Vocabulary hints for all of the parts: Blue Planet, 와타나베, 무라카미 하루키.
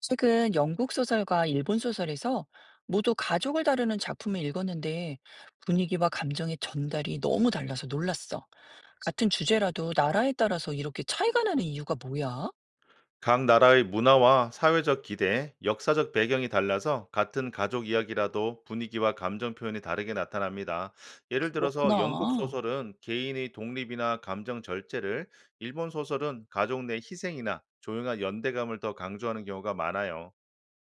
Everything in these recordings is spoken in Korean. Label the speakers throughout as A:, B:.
A: 최근 영국 소설과 일본 소설에서 모두 가족을 다루는 작품을 읽었는데 분위기와 감정의 전달이 너무 달라서 놀랐어. 같은 주제라도 나라에 따라서 이렇게 차이가 나는 이유가 뭐야?
B: 각 나라의 문화와 사회적 기대, 역사적 배경이 달라서 같은 가족 이야기라도 분위기와 감정 표현이 다르게 나타납니다. 예를 들어서 영국
A: 그렇구나.
B: 소설은 개인의 독립이나 감정 절제를, 일본 소설은 가족 내 희생이나 조용한 연대감을 더 강조하는 경우가 많아요.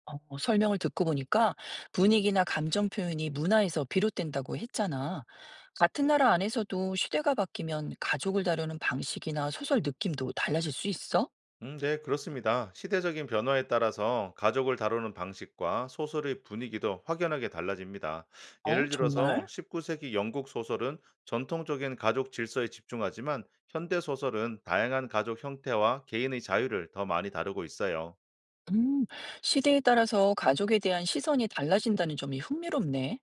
A: 설명을 듣고 보니까 분위기나 감정 표현이 문화에서 비롯된다고 했잖아. 같은 나라 안에서도 시대가 바뀌면 가족을 다루는 방식이나 소설 느낌도 달라질 수 있어?
B: 네, 그렇습니다. 시대적인 변화에 따라서 가족을 다루는 방식과 소설의 분위기도 확연하게 달라집니다.
A: 어,
B: 예를
A: 정말?
B: 들어서 19세기 영국 소설은 전통적인 가족 질서에 집중하지만 현대 소설은 다양한 가족 형태와 개인의 자유를 더 많이 다루고 있어요.
A: 음, 시대에 따라서 가족에 대한 시선이 달라진다는 점이 흥미롭네.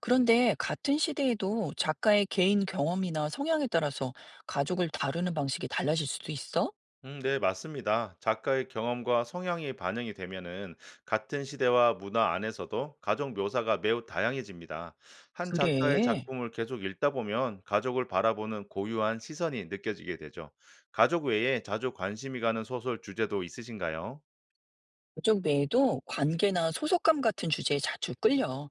A: 그런데 같은 시대에도 작가의 개인 경험이나 성향에 따라서 가족을 다루는 방식이 달라질 수도 있어?
B: 네, 맞습니다. 작가의 경험과 성향이 반영이 되면은 같은 시대와 문화 안에서도 가족 묘사가 매우 다양해집니다. 한 작가의
A: 그래.
B: 작품을 계속 읽다 보면 가족을 바라보는 고유한 시선이 느껴지게 되죠. 가족 외에 자주 관심이 가는 소설 주제도 있으신가요?
A: 가족 외에도 관계나 소속감 같은 주제에 자주 끌려.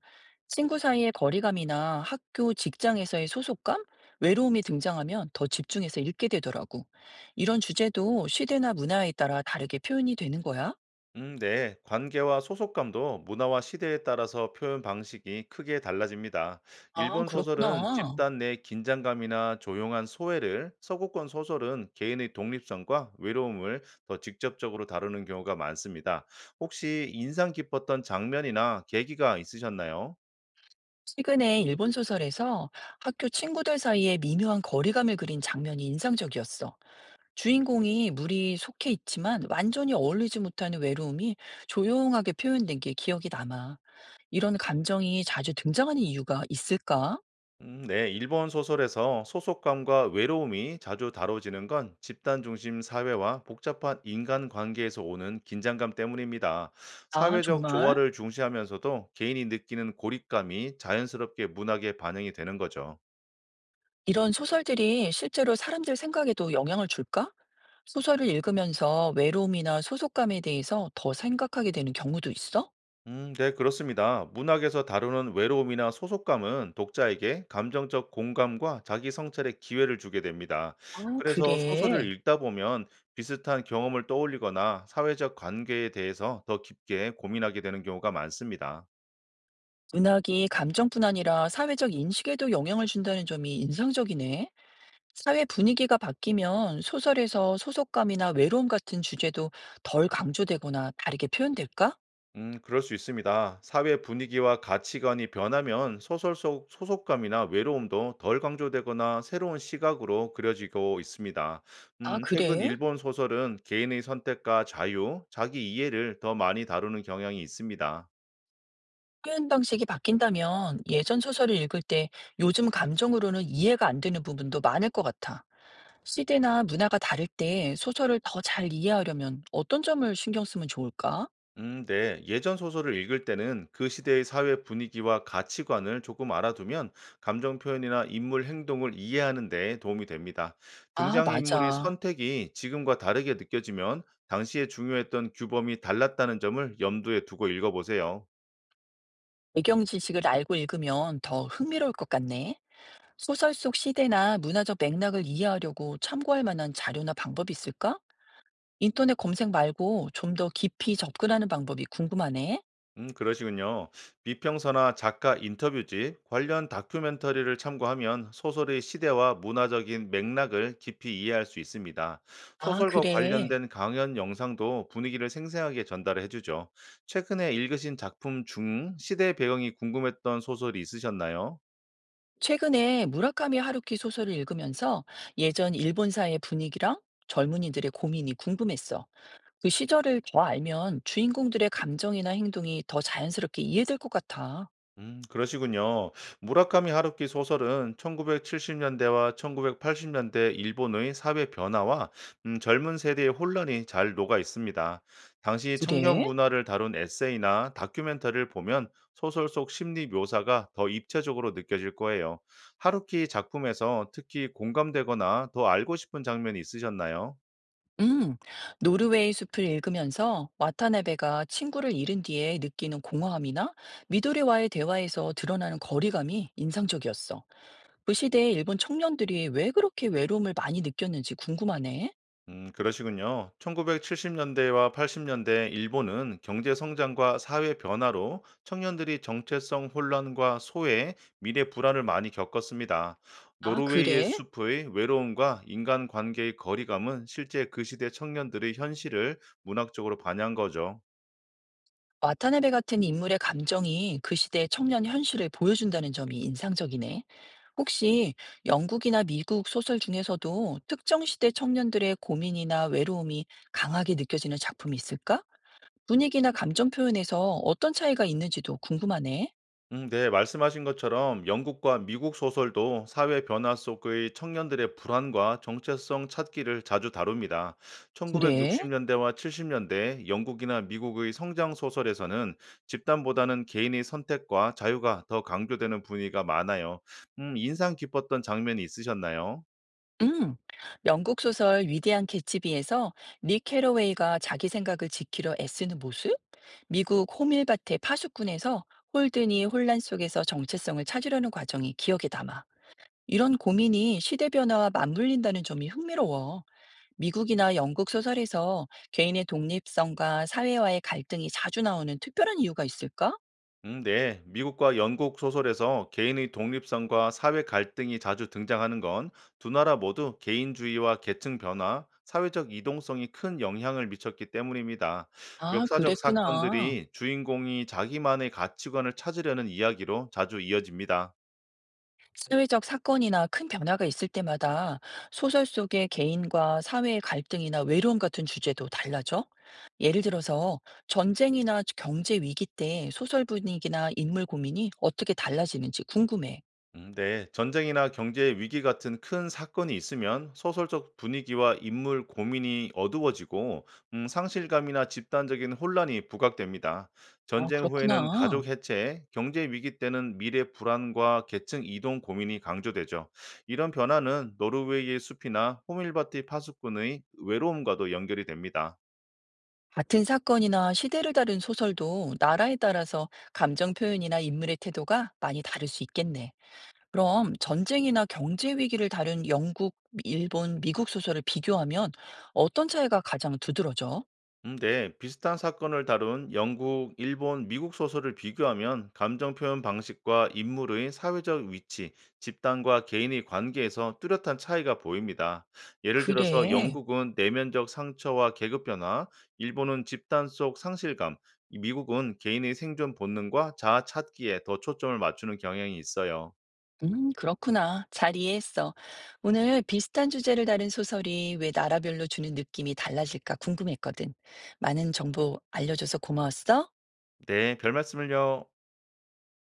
A: 친구 사이의 거리감이나 학교, 직장에서의 소속감, 외로움이 등장하면 더 집중해서 읽게 되더라고. 이런 주제도 시대나 문화에 따라 다르게 표현이 되는 거야?
B: 네. 관계와 소속감도 문화와 시대에 따라서 표현 방식이 크게 달라집니다.
A: 아,
B: 일본 소설은
A: 그렇구나.
B: 집단 내 긴장감이나 조용한 소외를, 서구권 소설은 개인의 독립성과 외로움을 더 직접적으로 다루는 경우가 많습니다. 혹시 인상 깊었던 장면이나 계기가 있으셨나요?
A: 최근에 일본 소설에서 학교 친구들 사이에 미묘한 거리감을 그린 장면이 인상적이었어. 주인공이 물이 속해 있지만 완전히 어울리지 못하는 외로움이 조용하게 표현된 게 기억이 남아. 이런 감정이 자주 등장하는 이유가 있을까?
B: 네, 일본 소설에서 소속감과 외로움이 자주 다뤄지는 건 집단 중심 사회와 복잡한 인간 관계에서 오는 긴장감 때문입니다.
A: 아,
B: 사회적
A: 정말?
B: 조화를 중시하면서도 개인이 느끼는 고립감이 자연스럽게 문학에 반영이 되는 거죠.
A: 이런 소설들이 실제로 사람들 생각에도 영향을 줄까? 소설을 읽으면서 외로움이나 소속감에 대해서 더 생각하게 되는 경우도 있어?
B: 네, 그렇습니다. 문학에서 다루는 외로움이나 소속감은 독자에게 감정적 공감과 자기 성찰의 기회를 주게 됩니다.
A: 아,
B: 그래서 소설을
A: 그래.
B: 읽다 보면 비슷한 경험을 떠올리거나 사회적 관계에 대해서 더 깊게 고민하게 되는 경우가 많습니다.
A: 문학이 감정뿐 아니라 사회적 인식에도 영향을 준다는 점이 인상적이네. 사회 분위기가 바뀌면 소설에서 소속감이나 외로움 같은 주제도 덜 강조되거나 다르게 표현될까?
B: 그럴 수 있습니다. 사회 분위기와 가치관이 변하면 소설 속 소속감이나 외로움도 덜 강조되거나 새로운 시각으로 그려지고 있습니다.
A: 아,
B: 최근
A: 그래?
B: 일본 소설은 개인의 선택과 자유, 자기 이해를 더 많이 다루는 경향이 있습니다.
A: 표현 방식이 바뀐다면 예전 소설을 읽을 때 요즘 감정으로는 이해가 안 되는 부분도 많을 것 같아. 시대나 문화가 다를 때 소설을 더 잘 이해하려면 어떤 점을 신경 쓰면 좋을까?
B: 네. 예전 소설을 읽을 때는 그 시대의 사회 분위기와 가치관을 조금 알아두면 감정 표현이나 인물 행동을 이해하는 데 도움이 됩니다.
A: 아,
B: 등장인물의
A: 맞아.
B: 선택이 지금과 다르게 느껴지면 당시에 중요했던 규범이 달랐다는 점을 염두에 두고 읽어보세요.
A: 배경 지식을 알고 읽으면 더 흥미로울 것 같네. 소설 속 시대나 문화적 맥락을 이해하려고 참고할 만한 자료나 방법이 있을까? 인터넷 검색 말고 좀 더 깊이 접근하는 방법이 궁금하네.
B: 그러시군요. 비평서나 작가 인터뷰집, 관련 다큐멘터리를 참고하면 소설의 시대와 문화적인 맥락을 깊이 이해할 수 있습니다.
A: 아,
B: 소설과
A: 그래.
B: 관련된 강연 영상도 분위기를 생생하게 전달해 주죠. 최근에 읽으신 작품 중 시대 배경이 궁금했던 소설이 있으셨나요?
A: 최근에 무라카미 하루키 소설을 읽으면서 예전 일본 사회 분위기랑 젊은이들의 고민이 궁금했어. 그 시절을 더 알면 주인공들의 감정이나 행동이 더 자연스럽게 이해될 것 같아.
B: 그러시군요. 무라카미 하루키 소설은 1970년대와 1980년대 일본의 사회 변화와 젊은 세대의 혼란이 잘 녹아 있습니다. 당시 청년
A: 그래?
B: 문화를 다룬 에세이나 다큐멘터리를 보면 소설 속 심리 묘사가 더 입체적으로 느껴질 거예요. 하루키 작품에서 특히 공감되거나 더 알고 싶은 장면이 있으셨나요?
A: 음, 노르웨이 숲을 읽으면서 와타나베가 친구를 잃은 뒤에 느끼는 공허함이나 미도리와의 대화에서 드러나는 거리감이 인상적이었어. 그 시대의 일본 청년들이 왜 그렇게 외로움을 많이 느꼈는지 궁금하네.
B: 그러시군요. 1970년대와 80년대 일본은 경제 성장과 사회 변화로 청년들이 정체성 혼란과 소외, 미래 불안을 많이 겪었습니다.
A: 아,
B: 노르웨이의
A: 그래?
B: 숲의 외로움과 인간 관계의 거리감은 실제 그 시대 청년들의 현실을 문학적으로 반영한 거죠.
A: 와타나베 같은 인물의 감정이 그 시대의 청년 현실을 보여준다는 점이 인상적이네. 혹시 영국이나 미국 소설 중에서도 특정 시대 청년들의 고민이나 외로움이 강하게 느껴지는 작품이 있을까? 분위기나 감정 표현에서 어떤 차이가 있는지도 궁금하네.
B: 네, 말씀하신 것처럼 영국과 미국 소설도 사회 변화 속의 청년들의 불안과 정체성 찾기를 자주 다룹니다.
A: 그래?
B: 1960년대와 70년대 영국이나 미국의 성장 소설에서는 집단보다는 개인의 선택과 자유가 더 강조되는 분위기가 많아요. 인상 깊었던 장면이 있으셨나요?
A: 음. 영국 소설 위대한 개츠비에서 닉 캐러웨이가 자기 생각을 지키려 애쓰는 모습? 미국 호밀밭의 파수꾼에서 홀든이 혼란 속에서 정체성을 찾으려는 과정이 기억에 남아. 이런 고민이 시대 변화와 맞물린다는 점이 흥미로워. 미국이나 영국 소설에서 개인의 독립성과 사회와의 갈등이 자주 나오는 특별한 이유가 있을까?
B: 네. 미국과 영국 소설에서 개인의 독립성과 사회 갈등이 자주 등장하는 건 두 나라 모두 개인주의와 계층 변화, 사회적 이동성이 큰 영향을 미쳤기 때문입니다.
A: 아,
B: 역사적
A: 그랬구나.
B: 사건들이 주인공이 자기만의 가치관을 찾으려는 이야기로 자주 이어집니다.
A: 사회적 사건이나 큰 변화가 있을 때마다 소설 속의 개인과 사회의 갈등이나 외로움 같은 주제도 달라져? 예를 들어서 전쟁이나 경제 위기 때 소설 분위기나 인물 고민이 어떻게 달라지는지 궁금해.
B: 네. 전쟁이나 경제 위기 같은 큰 사건이 있으면 소설적 분위기와 인물 고민이 어두워지고 상실감이나 집단적인 혼란이 부각됩니다.
A: 아,
B: 전쟁 후에는 가족
A: 그렇구나.
B: 해체, 경제 위기 때는 미래 불안과 계층 이동 고민이 강조되죠. 이런 변화는 노르웨이의 숲이나 호밀밭의 파수꾼의 외로움과도 연결이 됩니다.
A: 같은 사건이나 시대를 다룬 소설도 나라에 따라서 감정 표현이나 인물의 태도가 많이 다를 수 있겠네. 그럼 전쟁이나 경제 위기를 다룬 영국, 일본, 미국 소설을 비교하면 어떤 차이가 가장 두드러져?
B: 네, 비슷한 사건을 다룬 영국, 일본, 미국 소설을 비교하면 감정 표현 방식과 인물의 사회적 위치, 집단과 개인의 관계에서 뚜렷한 차이가 보입니다. 예를 들어서
A: 그래.
B: 영국은 내면적 상처와 계급 변화, 일본은 집단 속 상실감, 이 미국은 개인의 생존 본능과 자아 찾기에 더 초점을 맞추는 경향이 있어요.
A: 그렇구나. 잘 이해했어. 오늘 비슷한 주제를 다룬 소설이 왜 나라별로 주는 느낌이 달라질까 궁금했거든. 많은 정보 알려줘서 고마웠어.
B: 네, 별 말씀을요.